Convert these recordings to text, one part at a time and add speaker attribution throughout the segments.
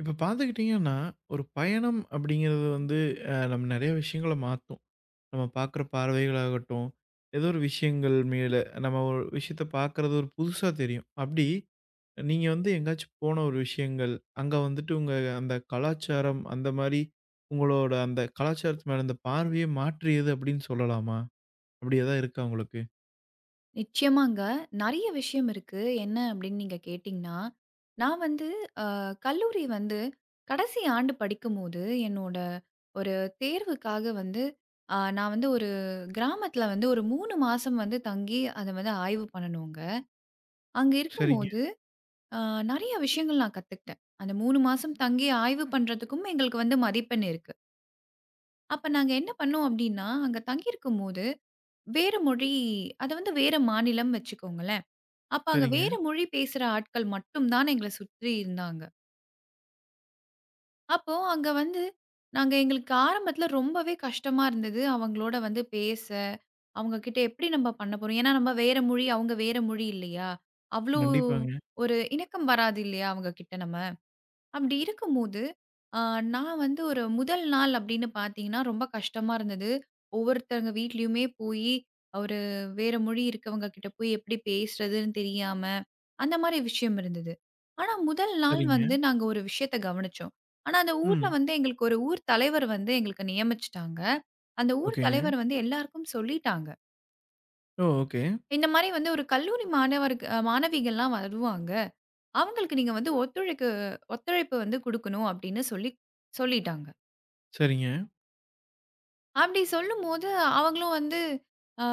Speaker 1: இப்ப பார்த்துக்கிட்டீங்கன்னா, ஒரு பயணம் அப்படிங்கிறது வந்து நம்ம நெறைய விஷயங்கள மாத்தும். நம்ம பார்க்குற பார்வைகளாகட்டும், ஏதோ ஒரு விஷயங்கள் மேல நம்ம ஒரு விஷயத்த பார்க்குறது ஒரு புதுசா தெரியும். அப்படி நீங்க வந்து எங்கேயாச்சும் போன ஒரு விஷயங்கள், அங்க வந்துட்டு உங்க அந்த கலாச்சாரம் அந்த மாரி உங்களோட அந்த கலாச்சாரத்து மேல அந்த பார்வையே மாற்றியது அப்படின்னு சொல்லலாமா? அப்படி ஏதாவது இருக்கா உங்களுக்கு?
Speaker 2: நிச்சயமாங்க. நெறைய விஷயம் இருக்கு. என்ன அப்படின்னு நீங்க கேட்டீங்கன்னா, நான் வந்து அ கல்லூரி வந்து கடைசி ஆண்டு படிக்கும்போது, என்னோட ஒரு தேர்வுக்காக வந்து நான் வந்து ஒரு கிராமத்தில வந்து ஒரு 3 மாசம் வந்து தங்கி அத வந்து ஆய்வு பண்ணணுங்க. அங்க
Speaker 1: சரிங்க,
Speaker 2: இருக்கும்போது அ நெறைய விஷயங்கள் நான் கத்துக்கிட்டேன். அந்த 3 மாசம் தங்கி ஆய்வு பண்றதுக்கும் எங்களுக்கு வந்து மதிப்பெண் இருக்கு. அப்ப நாங்க என்ன பண்ணோம் அப்படின்னா, அங்க தங்கியிருக்கும்போது வேற மொழி அது வந்து வேற மாநிலம் வச்சுக்கோங்களேன். அப்ப அங்க
Speaker 1: சரிங்க.
Speaker 2: வேற மொழி பேசுற ஆட்கள் மட்டும் தான் எங்கள சுற்றி இருந்தாங்க. அப்போ அங்க வந்து நாங்க எங்களுக்கு ஆரம்பத்துல ரொம்பவே கஷ்டமா இருந்தது. அவங்களோட வந்து பேச, அவங்க கிட்ட எப்படி நம்ம பண்ண போறோம்? ஏன்னா நம்ம வேற மொழி, அவங்க வேற மொழி இல்லையா? அவ்ளோ
Speaker 1: கண்டிப்பாங்க.
Speaker 2: ஒரு இணக்கம் வராது இல்லையா அவங்க கிட்ட நம்ம? அப்படி இருக்கும்போது, அ நான் வந்து ஒரு முதல் நாள் அப்படின்னு பார்த்தீங்கன்னா, ரொம்ப கஷ்டமா இருந்தது. ஒவ்வொருத்தவங்க வீட்லயுமே போயி, ஒரு வேற மொழி இருக்கவங்க கிட்ட போய் எப்படி பேசுறதுன்னு தெரியாம, அந்த மாரி விஷயம் இருந்தது. ஆனா, முதல் நாள்
Speaker 1: சரிங்க.
Speaker 2: வந்து நாங்க ஒரு விஷயத்த கவனிச்சோம். ஆனா, அந்த ஊர்ல
Speaker 1: ம்.
Speaker 2: வந்து எங்களுக்கு ஒரு ஊர் தலைவர் வந்து எங்களுக்கு நியமிச்சுட்டாங்க. அந்த ஊர்
Speaker 1: ஓகேங்க.
Speaker 2: தலைவர் வந்து எல்லாருக்கும் சொல்லிட்டாங்க.
Speaker 1: ஓ! ஓகே.
Speaker 2: இந்த மாரி வந்து ஒரு கல்லூரி மாணவருக்கு மாணவிகள்லாம் வருவாங்க. அவங்களுக்கு நீங்க வந்து ஒத்துழைப்பு வந்து குடுக்கணும் அப்படின்னு சொல்லி சொல்லிட்டாங்க.
Speaker 1: சரிங்க,
Speaker 2: அப்படி சொல்லும்போது அவங்களும் வந்து அ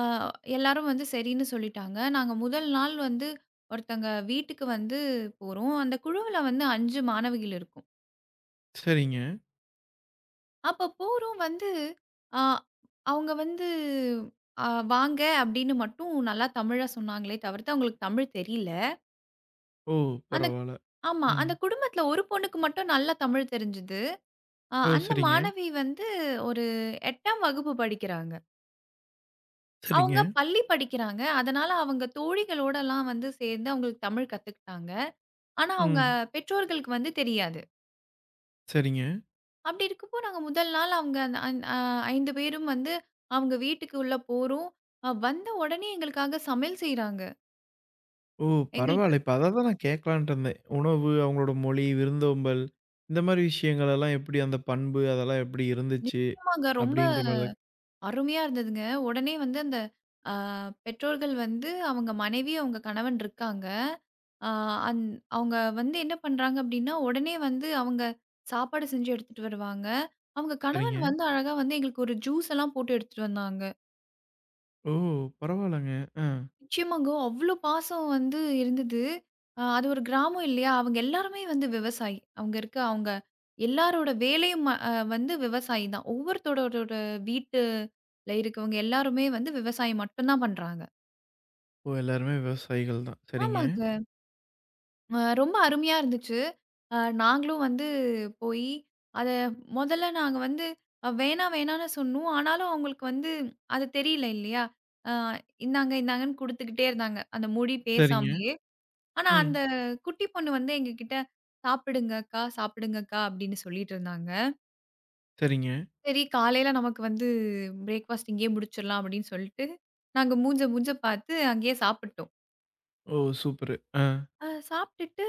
Speaker 2: எல்லாரும் வந்து சரின்னு சொல்லிட்டாங்க. நாங்க முதல் நாள் வந்து ஒருத்தங்க வீட்டுக்கு வந்து போறோம். அந்த குழுவுல வந்து 5 மாணவிகள் இருக்கும்.
Speaker 1: சரிங்க.
Speaker 2: அப்ப போறோம் வந்து அ அவங்க வந்து அ வாங்க அப்படின்னு மட்டும் நல்லா தமிழா சொன்னாங்களே தவிர்த்து, அவங்களுக்கு தமிழ் தெரியல.
Speaker 1: ஓ!
Speaker 2: அந்த
Speaker 1: பரவால்ல.
Speaker 2: ஆமா.
Speaker 1: ம்.
Speaker 2: அந்த குடும்பத்துல ஒரு பொண்ணுக்கு மட்டும் நல்லா தமிழ் தெரிஞ்சது.
Speaker 1: ஓ!
Speaker 2: அந்த
Speaker 1: சரிங்க,
Speaker 2: மாணவி வந்து ஒரு 8ஆம் வகுப்பு படிக்கிறாங்க. அவங்க
Speaker 1: சரிங்க.
Speaker 2: பள்ளி படிக்கிறாங்க. அதனால அவங்க தோழிகளோடலாம் வந்து சேர்ந்து அவங்களுக்கு தமிழ் கத்துக்கிட்டாங்க. ஆனா, அவங்க
Speaker 1: ம்.
Speaker 2: பெற்றோர்களுக்கு வந்து தெரியாது.
Speaker 1: சரிங்க.
Speaker 2: அப்படி இருக்கப்போ நாங்க முதல் நாள் அவங்க அந்த அந் அ 5 பேரும் வந்து அவங்க வீட்டுக்கு உள்ள போறோம். வந்த உடனே எங்களுக்காக சமையல் செய்றாங்க.
Speaker 1: ஓ!
Speaker 2: எங்களுக்கு
Speaker 1: பரவால்ல. இப்ப அத தான் நான் கேட்கலான்ட்டு இருந்தேன். உணவு, அவங்களோட மொழி, விருந்தோம்பல் இந்த மாரி விஷயங்கள் எல்லாம் எப்படி அந்த பண்பு அதெல்லாம் எப்படி இருந்துச்சு?
Speaker 2: நிச்சயமாங்க ரொம்ப
Speaker 1: அப்படின்ற மாரி தான்.
Speaker 2: அருமையா இருந்ததுங்க. உடனே வந்து அந்த அ பெற்றோர்கள் வந்து அவங்க மனைவி, அவங்க கணவன் இருக்காங்க. அ அந் அவங்க வந்து என்ன பண்றாங்க அப்டின்னா, உடனே வந்து அவங்க சாப்பாடு செஞ்சு எடுத்துட்டு வருவாங்க. அவங்க கணவன்
Speaker 1: சரிங்க.
Speaker 2: வந்து அழகா வந்து எங்களுக்கு ஒரு ஜூஸ் எல்லாம் போட்டு எடுத்துட்டு வந்தாங்க.
Speaker 1: ஓ! பரவால்லங்க. ஆ.
Speaker 2: நிச்சயமாங்க. அவ்ளோ பாசம் வந்து இருந்தது. அது ஒரு கிராமம் இல்லையா? அவங்க எல்லாருமே வந்து விவசாயி. அவங்க இருக்க அவங்க எல்லாரோட வேலையும் வந்து விவசாயி தான். ஒவ்வொருத்தரோட வீட்டுல இருக்கவங்க எல்லாருமே வந்து விவசாயம் மட்டும் தான் பண்றாங்க.
Speaker 1: ஓ! எல்லாருமே விவசாயிகள் தான். சரிங்க,
Speaker 2: ஆமாங்க. ரொம்ப அருமையா இருந்துச்சு. அ நாங்களும் வந்து போய் அத மொதல்ல நாங்க வந்து வேணா வேணான்னு சொன்னோம். ஆனாலும் அவங்களுக்கு வந்து அது தெரியல இல்லையா? அ இந்தாங்க இந்தாங்கன்னு குடுத்துக்கிட்டே இருந்தாங்க. அந்த மொழி
Speaker 1: சரிங்க.
Speaker 2: பேசாமயே. ஆனா, அந்த
Speaker 1: ம்.
Speaker 2: குட்டி பொண்ணு வந்து எங்ககிட்ட "சாப்பிடுங்க அக்கா, சாப்பிடுங்க அக்கா" அப்படின்னு சொல்லிட்டு இருந்தாங்க.
Speaker 1: சரிங்க.
Speaker 2: சரி காலையில நமக்கு வந்து பிரேக்ஃபாஸ்ட் இங்கேயே முடிச்சிடலாம் அப்படின்னு சொல்லிட்டு, நாங்க மூஞ்ச மூஞ்ச பார்த்து அங்கேயே சாப்பிட்டோம்.
Speaker 1: ஓ! சூப்பரு. ஆ.
Speaker 2: சாப்பிட்டுட்டு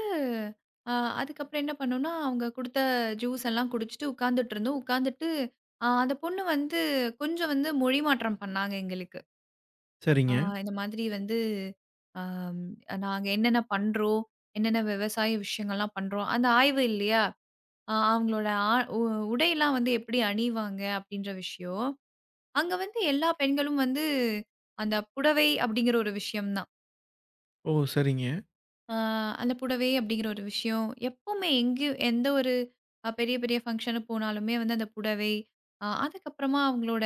Speaker 2: அ அதுக்கப்புறம் என்ன பண்ணோம்னா, அவங்க குடுத்த ஜூஸ் எல்லாம் குடிச்சுட்டு உட்கார்ந்துட்டு இருந்தோம். உட்கார்ந்துட்டு அந்த பொண்ணு வந்து கொஞ்சம் வந்து மொழி மாற்றம் பண்ணாங்க எங்களுக்கு. அ
Speaker 1: சரிங்க.
Speaker 2: இந்த மாதிரி வந்து அ நாங்க என்னென்ன பண்றோம், என்னென்ன விவசாய விஷயங்கள்லாம் பண்றோம், அந்த ஆய்வு இல்லையா? அவங்களோட ஆ உ உடையெல்லாம் வந்து எப்படி அணிவாங்க அப்படின்ற விஷயம். அங்க வந்து எல்லா பெண்களும் வந்து அந்த புடவை அப்படிங்கிற ஒரு விஷயம் தான்.
Speaker 1: ஓ! சரிங்க.
Speaker 2: அ அந்த புடவை அப்படிங்கிற ஒரு விஷயம் எப்பவுமே எங்கயும் எந்த ஒரு பெரிய பெரிய ஃபங்ஷனுக்கு போனாலுமே வந்து அந்த புடவை, அதுக்கப்புறமா அவங்களோட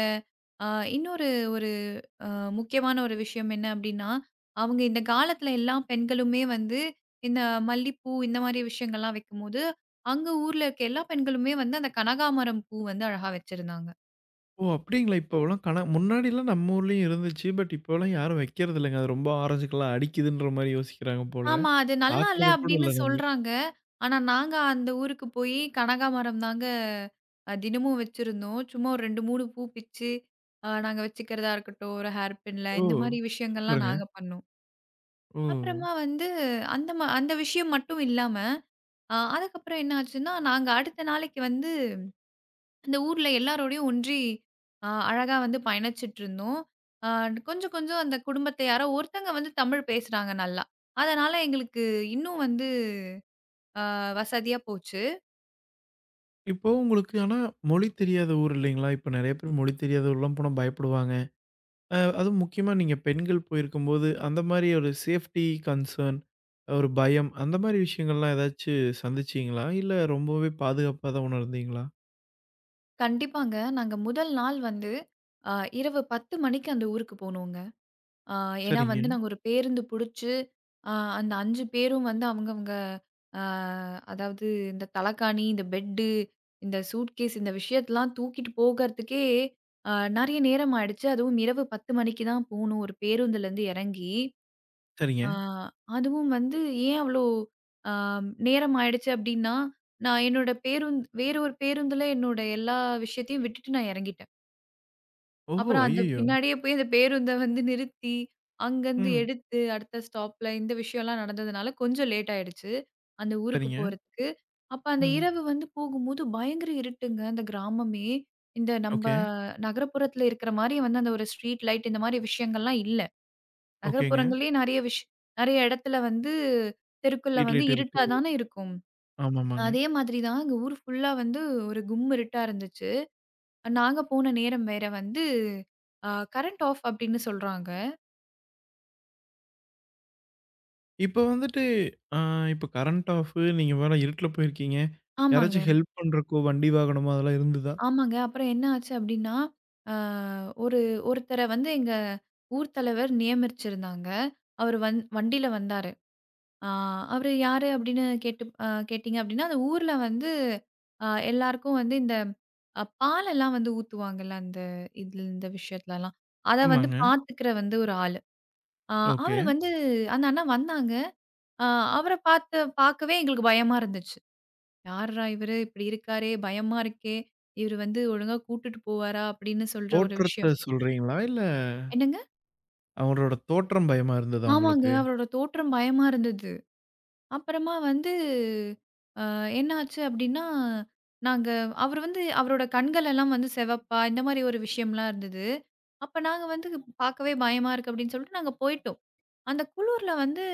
Speaker 2: அ இன்னொரு ஒரு அ முக்கியமான ஒரு விஷயம் என்ன அப்டின்னா, அவங்க இந்த காலத்துல எல்லா பெண்களுமே வந்து இந்த மல்லிப்பூ இந்த மாரி விஷயங்கள்லாம் வைக்கும்போது, அங்க ஊர்ல இருக்க எல்லா பெண்களுமே வந்து அந்த கனகாமரம் பூ வந்து அழகா வச்சிருந்தாங்க.
Speaker 1: ஓ! அப்டிங்களா? இப்போலாம் கண முன்னாடிலாம் நம்ம ஊர்லயும் இருந்துச்சு. பட் இப்போலாம் யாரும் வைக்கிறது இல்லங்க. அது ரொம்ப ஆரஞ்சுக்கெல்லாம் அடிக்குதுன்ற மாரி யோசிக்கிறாங்க போல.
Speaker 2: ஆமா. அது நல்லா இல்ல
Speaker 1: பார்க்கறது கூட
Speaker 2: அப்டின்னு
Speaker 1: இல்ல நம்ம.
Speaker 2: சொல்றாங்க. ஆனா நாங்க அந்த ஊருக்கு போய் கனகாமரம் தாங்க தினமும் வச்சிருந்தோம். சும்மா ஒரு 2, 3 பூ பிச்சு நாங்க வச்சுக்கிறதா இருக்கட்டும், ஒரு ஹேர் பின்ல
Speaker 1: ஓ!
Speaker 2: இந்த மாரி விஷயங்கள்லாம்
Speaker 1: சூப்பருங்க.
Speaker 2: நாங்க பண்ணோம்.
Speaker 1: ஓ!
Speaker 2: அப்புறமா வந்து அந்த விஷயம் மட்டும் இல்லாம அதுக்கப்புறம் என்ன ஆச்சுன்னா, நாங்க அடுத்த நாளைக்கு வந்து அந்த ஊர்ல எல்லாரோடையும் ஒன்றி அழகா வந்து பயணிச்சுட்டுருந்தோம். அ கொஞ்சம் கொஞ்சம் அந்த குடும்பத்த யாரோ ஒருத்தங்க வந்து தமிழ் பேசுறாங்க நல்லா. அதனால எங்களுக்கு இன்னும் வந்து வசதியா போச்சு.
Speaker 1: இப்போ உங்களுக்கு ஆனா மொழி தெரியாத ஊர் இல்லைங்களா? இப்ப நெறைய பேர் மொழி தெரியாத ஊர்லாம் போனா பயப்படுவாங்க. அதுவும் முக்கியமா நீங்க பெண்கள் போயிருக்கும்போது, அந்த மாரி ஒரு சேஃப்டி கன்சர்ன், ஒரு பயம் அந்த மாரி விஷயங்கள்லாம் ஏதாச்சு சந்திச்சீங்களா? இல்ல ரொம்பவே பாதுகாப்பா தான் உணர்ந்தீங்களா?
Speaker 2: கண்டிப்பாங்க. நாங்க முதல் நாள் வந்து அ இரவு 10 மணிக்கு அந்த ஊருக்கு போனோங்க. ஆ ஏன்னா
Speaker 1: சரிங்க,
Speaker 2: வந்து நாங்க ஒரு பேருந்து புடிச்சு, அ அந்த 5 பேரும் வந்து அவங்கவங்க அ அதாவது இந்த தலகாணி, இந்த பெட்டு, இந்த சூட்கேஸ் இந்த விஷயத்தலாம் தூக்கிட்டு போகறதுக்கே அ நெறைய நேரம் ஆயிடுச்சு. அதுவும் இரவு 10 மணிக்கு தான் போணும் ஒரு பேருந்துலருந்து எறங்கி.
Speaker 1: சரிங்க.
Speaker 2: ஆ அதுவும் வந்து ஏன் அவ்ளோ அ நேரம் ஆயிடுச்சு அப்டின்னா, நான் என்னோட வேற ஒரு பேருந்துல என்னோட எல்லா விஷயத்தையும் விட்டுட்டு நான் எறங்கிட்டேன்.
Speaker 1: ஓஹோ!
Speaker 2: அப்புறம் அந்த
Speaker 1: ஐய்யயோ!
Speaker 2: பின்னாடியே போய் அந்த பேருந்த வந்து நிறுத்தி, அங்கருந்து
Speaker 1: ம்.
Speaker 2: எடுத்து அடுத்த ஸ்டாப்ல இந்த விஷயம்லாம் நடந்ததுனால கொஞ்சம் லேட் ஆயிடுச்சு. அந்த ஊருக்கு
Speaker 1: சரிங்க.
Speaker 2: போறதுக்கு. அப்ப அந்த
Speaker 1: ம்.
Speaker 2: இரவு வந்து போகும்போது பயங்கர இருட்டுங்க அந்த கிராமமே. இந்த நம்ப
Speaker 1: ஓகே.
Speaker 2: நகரப்புறத்துல இருக்கிற மாரி வந்து அந்த ஒரு ஸ்ட்ரீட் லைட் இந்த மாரி விஷயங்கள்லாம் இல்ல.
Speaker 1: ஓகேங்க.
Speaker 2: நகரப்புறங்கள்லயே நெறைய விஷ் நெறைய இடத்துல வந்து தெருக்குள்ள
Speaker 1: ஸ்ட்ரீட்
Speaker 2: வந்து
Speaker 1: லைட் இருக்கு.
Speaker 2: இருட்டா தானே இருக்கும்.
Speaker 1: ஆமாமாங்க.
Speaker 2: அதே மாதிரி தான் எங்க ஊர் ஃபுல்லா வந்து ஒரு கும் இருட்டா இருந்துச்சு. நாங்க போன நேரம் வேற வந்து அ கரண்ட் ஆஃப் அப்படின்னு சொல்றாங்க.
Speaker 1: இப்ப வந்துட்டு அ இப்ப கரண்ட் ஆஃப் நீங்க வேற இருட்டுல போயிருக்கீங்க.
Speaker 2: ஆமாங்க,
Speaker 1: யாராச்சும் ஹெல்ப் பண்றக்கோ, வண்டி வாகனமோ அதெல்லாம் இருந்ததா?
Speaker 2: ஆமாங்க. அப்புறம் என்ன ஆச்சு அப்படின்னா, அ ஒரு ஒருத்தர வந்து எங்க ஊர் தலைவர் நியமிச்சிருந்தாங்க. அவரு வண்டியில வந்தாரு. அ அவரு யாரு அப்படின்னு கேட்டு அ கேட்டீங்க அப்படின்னா, அந்த ஊர்ல வந்து எல்லாருக்கும் வந்து இந்த பாலெல்லாம் வந்து ஊத்துவாங்கல்ல, அந்த இதுல இந்த விஷயத்துலலாம். அத வந்து
Speaker 1: ஆமாங்க.
Speaker 2: பார்த்துக்கிற வந்து ஒரு ஆளு. அ
Speaker 1: ஓகே.
Speaker 2: அவரு வந்து அந்த அண்ணா வந்தாங்க. ஆ அவர பார்த்து பார்க்கவே எங்களுக்கு பயமா இருந்துச்சு. யார்ரா இவரு இப்படி இருக்காரே! பயமா இருக்கே! இவரு வந்து ஒழுங்கா கூட்டுட்டு போவாரா? அப்படின்னு சொல்ற ஒரு
Speaker 1: தோற்றத்த
Speaker 2: விஷயம்.
Speaker 1: சொல்றீங்களா? இல்ல
Speaker 2: என்னங்க?
Speaker 1: அவங்களோட தோற்றம் பயமா இருந்ததா
Speaker 2: ஆமாங்க.
Speaker 1: உங்களுக்கு?
Speaker 2: அவரோட தோற்றம் பயமா இருந்தது. அப்புறமா வந்து என்ன ஆச்சு அப்படின்னா, நாங்க அவரு வந்து அவரோட கண்கள் எல்லாம் வந்து சிவப்பா இந்த மாரி ஒரு விஷயம்லாம் இருந்தது. அப்ப நாங்க வந்து பார்க்கவே பயமா இருக்கு அப்படின்னு சொல்லிட்டு நாங்க போயிட்டோம். அந்த குளூர்ல வந்து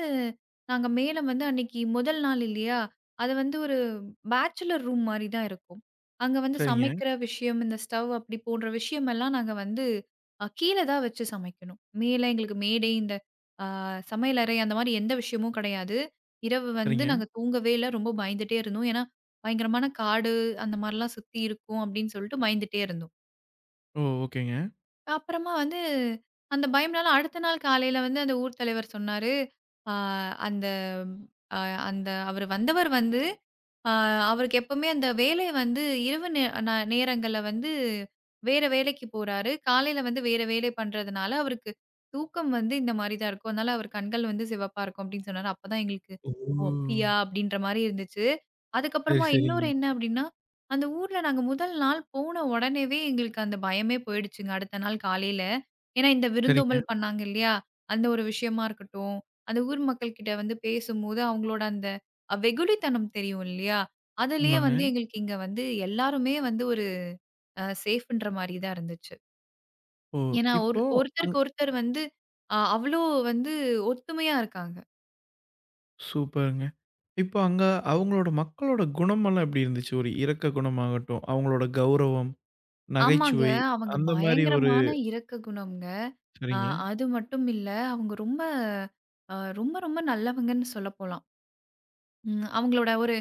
Speaker 2: நாங்க மேல வந்து அன்னைக்கு முதல் நாள் இல்லையா? அது வந்து ஒரு பேச்சுலர் ரூம் மாரி தான் இருக்கும். அங்க வந்து
Speaker 1: சரிங்க,
Speaker 2: சமைக்கிற விஷயம், இந்த ஸ்டவ் அப்படி போடுற விஷயம் எல்லாம் நாங்க வந்து கீழ தான் வச்சு சமைக்கணும். மேல எங்களுக்கு மேடை, இந்த அ சமையலறை அந்த மாரி எந்த விஷயமும் கிடையாது. இரவு வந்து
Speaker 1: சரிங்க.
Speaker 2: நாங்க தூங்கவே இல்ல. ரொம்ப பயந்துட்டே இருந்தோம். ஏன்னா, பயங்கரமான காடு அந்த மாரிலாம் சுத்தி இருக்கும் அப்படின்னு சொல்லிட்டு பயந்துட்டே இருந்தோம்.
Speaker 1: ஓ! ஓகேங்க.
Speaker 2: அப்புறமா வந்து அந்த பயம்னால அடுத்த நாள் காலையில வந்து அந்த ஊர் தலைவர் சொன்னாரு. ஆ அந்த அ அந்த வந்தவர் வந்து ஆ அவருக்கு எப்பவுமே அந்த வேலை வந்து இரவு நே நா நேரங்கள்ல வந்து வேற வேலைக்கு போறாரு. காலையில வந்து வேற வேலை பண்றதுனால, அவருக்கு தூக்கம் வந்து இந்த மாரி தான் இருக்கும். அதனால அவர் கண்கள் வந்து சிவப்பா இருக்கும் அப்படின்னு சொன்னாரு. அப்பதான் எங்களுக்கு,
Speaker 1: ஓ!
Speaker 2: "ஓ! அப்படியா?" அப்படின்ற மாரி இருந்துச்சு.
Speaker 1: சரி,
Speaker 2: அதுக்கப்புறமா இன்னொரு
Speaker 1: சரிங்க.
Speaker 2: என்ன அப்படின்னா, அந்த ஊர்ல நாங்க முதல் நாள் போன உடனேவே எங்களுக்கு அந்த பயமே போயிடுச்சுங்க. அடுத்த நாள் காலையில. ஏன்னா இந்த
Speaker 1: சரிங்க.
Speaker 2: விருந்தோம்பல் பண்ணாங்க இல்லையா? அந்த ஒரு விஷயமா இருக்கட்டும், அந்த ஊர் மக்கள்கிட்ட வந்து பேசும்போது அவங்களோட வெகுளித்தனம் தெரியும் இல்லையா? அதுலயே
Speaker 1: ஆமாங்க.
Speaker 2: வந்து எங்களுக்கு இங்க வந்து எல்லாருமே வந்து ஒரு சேஃப்ன்ற மாரி தான் இருந்துச்சு.
Speaker 1: ஓ!
Speaker 2: ஏன்னா
Speaker 1: இப்போ அங்
Speaker 2: ஒருத்தருக்கு ஒருத்தர் வந்து அவ்ளோ வந்து ஒத்துமையா இருக்காங்க.
Speaker 1: சூப்பருங்க. இப்போ அங்க அவங்களோட மக்களோட குணமெல்லாம் எப்படி இருந்துச்சு? ஒரு இரக்க குணமாகட்டும், அவங்களோட கௌரவம்.
Speaker 2: ஆமாங்க.
Speaker 1: நகைச்சுவை
Speaker 2: அவங்க
Speaker 1: அந்த மாரி ஒரு
Speaker 2: பயங்கரமான இரக்க குணம்ங்க. அ
Speaker 1: சரிங்க.
Speaker 2: அது மட்டும் இல்ல, அவங்க அ ரொம்ப ரொம்ப நல்லவங்கன்னு சொல்லப்போலாம். அவங்களோட ஒரு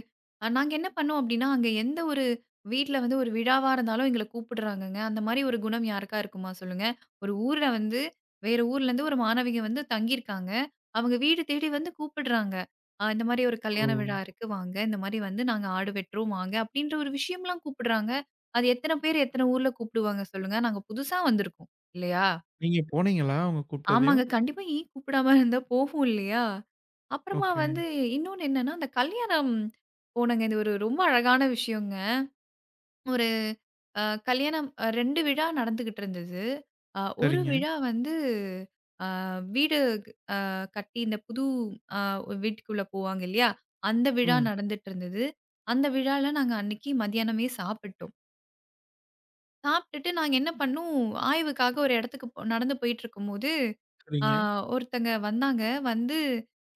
Speaker 2: நாங்க என்ன பண்ணோம் அப்டின்னா, அங்க எந்த ஒரு வீட்ல வந்து ஒரு விழாவா இருந்தாலும் எங்கள கூப்பிடுறாங்கங்க. அந்த மாரி ஒரு குணம் யாருக்கா இருக்குமா சொல்லுங்க? ஒரு ஊர்ல வந்து வேற ஊர்லேருந்து ஒரு மாணவிக வந்து தங்கியிருக்காங்க. அவங்க வீடு தேடி வந்து கூப்பிடுறாங்க. இந்த மாரி ஒரு
Speaker 1: ஓ!
Speaker 2: கல்யாண விழா இருக்கு வாங்க. இந்த மாரி வந்து நாங்க ஆடு வெட்டுறோம் வாங்க. அப்டின்ற ஒரு விஷயம்லாம் கூப்பிடுறாங்க. அது எத்தன பேர் எத்தன ஊர்ல கூப்பிடுவாங்க சொல்லுங்க? நாங்க புதுசா வந்திருக்கோம். இல்லையா?
Speaker 1: நீங்க போனீங்களா? அவங்க கூப்பிட்டதையும்?
Speaker 2: ஆமாங்க. கண்டிப்பா ஏன் கூப்பிடாம இருந்தா போகும் இல்லையா? அப்புறமா
Speaker 1: ஓகே.
Speaker 2: வந்து இன்னொன்னு என்னன்னா, அந்த கல்யாணம் போனங்க. இது ஒரு ரொம்ப அழகான விஷயங்க. ஒரு அ கல்யாணம் 2 விழா நடந்துகிட்டு இருந்தது. ஒரு
Speaker 1: சரிங்க.
Speaker 2: விழா வந்து அ வீடு கட்டி இந்த புது அ வீட்டுக்குள்ள போவாங்க இல்லையா? அந்த விழா
Speaker 1: ம்.
Speaker 2: நடந்துட்டு இருந்தது. அந்த விழால நாங்க அன்னைக்கு மதியானமே சாப்பிட்டோம். சாப்பிட்டுட்டு நாங்க என்ன பண்ணோம், ஆய்வுக்காக ஒரு இடத்துக்கு போ நடந்து போயிட்டுருக்கும்போது ஆ
Speaker 1: சரிங்க.
Speaker 2: ஒருத்தங்க வந்தாங்க. வந்து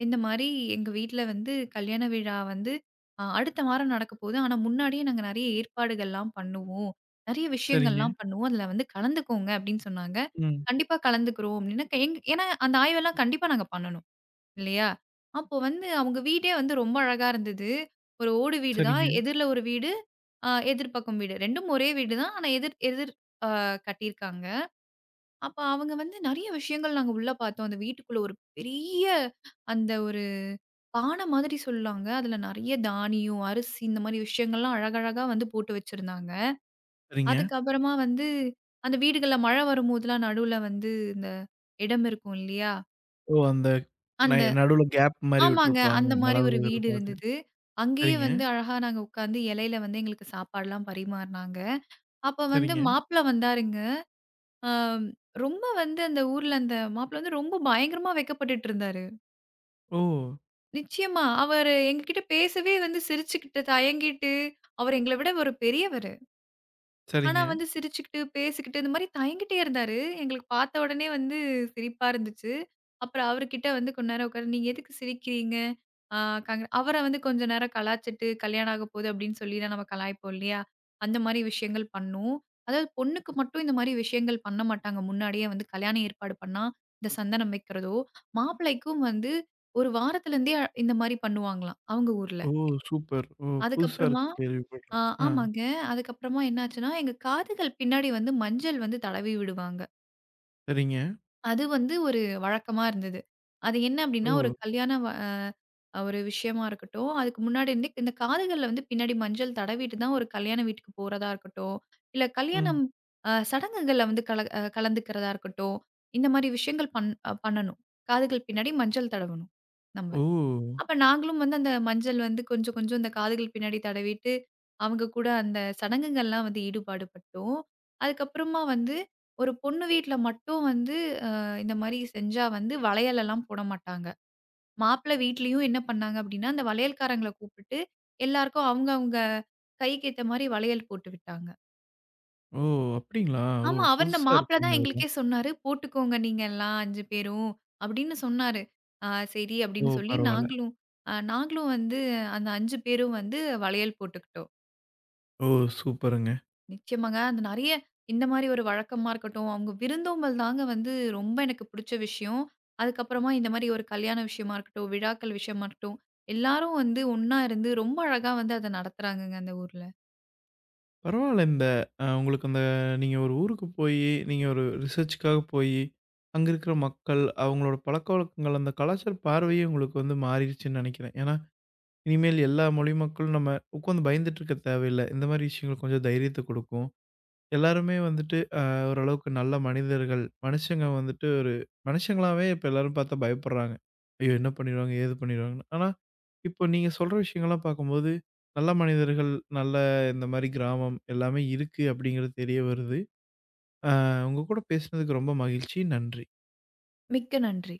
Speaker 2: இந்த மாரி எங்க வீட்ல வந்து கல்யாண விழா வந்து அடுத்த வாரம் நடக்கப்போகுது. ஆனா, முன்னாடியே நாங்க நெறைய ஏற்பாடுகள்லாம் பண்ணுவோம். நெறைய
Speaker 1: சரிங்க.
Speaker 2: விஷயங்கள்லாம் பண்ணுவோம். அதில வந்து கலந்துக்கோங்க அப்டின்னு சொன்னாங்க.
Speaker 1: ம்.
Speaker 2: கண்டிப்பா கலந்துக்கிறோம் அப்டின்னா, ஏன்னா அந்த ஆய்வெல்லாம் கண்டிப்பா நாங்க பண்ணணும் இல்லையா? அப்போ வந்து அவங்க வீடே வந்து ரொம்ப அழகா இருந்தது. ஒரு ஓடு வீடு தான்.
Speaker 1: சரிங்க.
Speaker 2: எதிர்ல ஒரு வீடு, எதிர் பக்கம் வீடு. 2ம் ஒரே வீடு தான். ஆனா எதிர் எதிர் அ கட்டியிருக்காங்க. அப்ப அவங்க வந்து நெறைய விஷயங்கள் நாங்க உள்ள பார்த்தோம். அந்த வீட்டுக்குள்ள ஒரு பெரிய ஒரு பான மாதிரி சொல்லாங்க. அதுல நெறைய தானியம், அரிசி இந்த மாரி விஷயங்கள்லாம் அழகழகா வந்து போட்டு வச்சிருந்தாங்க.
Speaker 1: சரிங்க.
Speaker 2: அதுக்கப்புறமா வந்து அந்த வீடுகள்ல மழை வரும்போதெல்லாம் நடுவுல வந்து இந்த இடம் இருக்கும் இல்லையா?
Speaker 1: ஓ! அந்த
Speaker 2: அந்த
Speaker 1: நடுவுல கேப் மாரி
Speaker 2: ஆமாங்க.
Speaker 1: விட்டுருப்பாங்க.
Speaker 2: அந்த
Speaker 1: மழை
Speaker 2: மாரி ஒரு வீடு
Speaker 1: விழுகுறதுக்காக.
Speaker 2: இருந்தது. அங்கேயே
Speaker 1: சரிங்க.
Speaker 2: வந்து அழகா நாங்க உட்காந்து இலையில வந்து எங்களுக்கு சாப்பாடுலாம் பரிமாறுனாங்க. அப்ப வந்து
Speaker 1: சரிங்க.
Speaker 2: மாப்பிள வந்தாருங்க. அ ரொம்ப வந்து அந்த ஊர்ல அந்த மாப்பிள வந்து ரொம்ப பயங்கரமா வெட்கப்பட்டுட்டு இருந்தாரு.
Speaker 1: ஓ!
Speaker 2: நிச்சயமா. அவரு எங்ககிட்ட பேசவே வந்து சிரிச்சுக்கிட்டு, தயங்கிட்டு, அவர் எங்கள விட ஒரு பெரியவர். ஆனா
Speaker 1: சரிங்க.
Speaker 2: வந்து சிரிச்சுக்கிட்டு, பேசிக்கிட்டு இந்த மாரி தயங்கிட்டே இருந்தாரு. எங்களுக்கு பார்த்த உடனே வந்து சிரிப்பா இருந்துச்சு. அப்புறம் அவருகிட்ட வந்து கொஞ்ச நேரம் உட்காந்து, "நீங்க எதுக்கு சிரிக்கிறீங்க?" ஆ கங் அவர வந்து கொஞ்ச நேரம் கலாய்ச்சிட்டு, "கல்யாணம் ஆக போகுது" அப்படின்னு சொல்லிலாம் நம்ம கலாய்ப்போம் இல்லையா? அந்த மாரி விஷயங்கள் பண்ணோம். அதாவது பொண்ணுக்கு மட்டும் இந்த மாரி விஷயங்கள் பண்ண மாட்டாங்க. முன்னாடியே வந்து கல்யாணம் ஏற்பாடு பண்ணா, இந்த சந்தனம் வைக்கிறதோ, மாப்பிள்ளைக்கும் வந்து 1 வாரத்துலேருந்தே இந்த மாரி பண்ணுவாங்களாம், அவங்க ஊர்ல.
Speaker 1: ஓ! சூப்பர். ஓ! புதுசா
Speaker 2: அதுக்கப்புறமா
Speaker 1: இருக்கு கேள்விப்பட்றேன். ஆ.
Speaker 2: ஆமாங்க. அதுக்கப்புறமா என்னாச்சுன்னா, எங்க காதுகள் பின்னாடி வந்து மஞ்சள் வந்து தடவி விடுவாங்க.
Speaker 1: சரிங்க.
Speaker 2: அது வந்து ஒரு வழக்கமா இருந்தது. அது என்ன
Speaker 1: ஓ!
Speaker 2: அப்டின்னா, ஒரு கல்யாண வ அ ஒரு விஷயமா இருக்கட்டும், அதுக்கு முன்னாடி இருந்தே இந்த காதுகள்ல வந்து பின்னாடி மஞ்சள் தடவிட்டு தான் ஒரு கல்யாண வீட்டுக்கு போறதா இருக்கட்டும், இல்ல
Speaker 1: ம்.
Speaker 2: கல்யாணம் சடங்குகள்ல வந்து கல அ கலந்துக்கிறதா இருக்கட்டும், இந்த மாரி விஷயங்கள் பண்ணணும். காதுகள் பின்னாடி மஞ்சள் தடவணும், நம்ம.
Speaker 1: ஓ!
Speaker 2: அப்ப நாங்களும் வந்து அந்த மஞ்சள் வந்து கொஞ்சம், கொஞ்சம் அந்த காதுகள் பின்னாடி தடவிட்டு, அவங்க கூட அந்த சடங்குகள்லாம் வந்து ஈடுபாடு பட்டோம். அதுக்கப்புறமா வந்து ஒரு பொண்ணு வீட்ல மட்டும் வந்து அ இந்த மாரி செஞ்சா வந்து வளையலெல்லாம் போட மாட்டாங்க. மாப்பிள்ளை வீட்லயும் என்ன பண்ணாங்க அப்டின்னா, அந்த வளையல்காரங்கள கூப்பிட்டு எல்லாருக்கும் அவங்க அவங்க கைக்கு ஏத்த மாரி வளையல் போட்டு விட்டாங்க.
Speaker 1: ஓ! அப்படிங்களா? ஓ!
Speaker 2: ஆமா. அவர் இந்த
Speaker 1: புதுசா
Speaker 2: மாப்பிள
Speaker 1: இருக்குங்க
Speaker 2: தான்
Speaker 1: இதெல்லாம்.
Speaker 2: எங்களுக்கே சொன்னாரு. "போட்டுக்கோங்க நீங்க எல்லாம் 5 பேரும்" அப்படின்னு சொன்னாரு. ஆ சரி
Speaker 1: ஓ!
Speaker 2: அப்படின்னு சொல்லி
Speaker 1: பரவால்ல.
Speaker 2: நாங்களும் நாங்களும் வந்து அந்த 5 பேரும் வந்து வளையல் போட்டுக்கிட்டோம்.
Speaker 1: ஓ! சூப்பருங்க.
Speaker 2: நிச்சயமாங்க. அந்த நெறைய இந்த மாரி ஒரு வழக்கமா இருக்கட்டும், அவங்க விருந்தோம்பல் தாங்க வந்து ரொம்ப எனக்கு பிடிச்ச விஷயம். அதுக்கப்புறமா இந்த மாரி ஒரு கல்யாண விஷயமா இருக்கட்டும், விழாக்கள் விஷயமா இருக்கட்டும், எல்லாரும் வந்து ஒண்ணா இருந்து ரொம்ப அழகா வந்து அத நடத்துறாங்கங்க அந்த ஊர்ல.
Speaker 1: பரவால்ல. இந்த உங்களுக்கு அந்த நீங்க ஒரு ஊருக்கு போயி, நீங்க ஒரு ரிசர்ச்‌க்காக போயி, அங்க இருக்கிற மக்கள், அவங்களோட பழக்கவழக்கங்கள், அந்த கலாச்சார பார்வையே உங்களுக்கு வந்து மாறிருச்சுன்னு நெனைக்கிறேன். ஏன்னா, இனிமேல் எல்லா மொழி மக்களும் நம்ம உட்காந்து பயந்துட்டு இருக்க தேவையில்ல. இந்த மாரி விஷயங்கள் கொஞ்சம் தைரியத்த குடுக்கும். எல்லாருமே வந்துட்டு ஓரளவுக்கு நல்ல மனிதர்கள். மனுஷங்க வந்துட்டு ஒரு மனுஷங்களாவே இப்ப எல்லாரும் பார்த்தா பயப்படுறாங்க. ஐயோ! என்ன பண்ணிருவாங்க? ஏது பண்ணிருவாங்கன்னு. ஆனா, இப்போ நீங்க சொல்ற விஷயங்கள்லாம் பார்க்கும்போது, நல்ல மனிதர்கள், நல்ல இந்த மாரி கிராமம் எல்லாமே இருக்கு அப்படிங்கிறது தெரிய வருது. அ உங்க கூட பேசினதுக்கு ரொம்ப மகிழ்ச்சி. நன்றி.
Speaker 2: மிக்க நன்றி.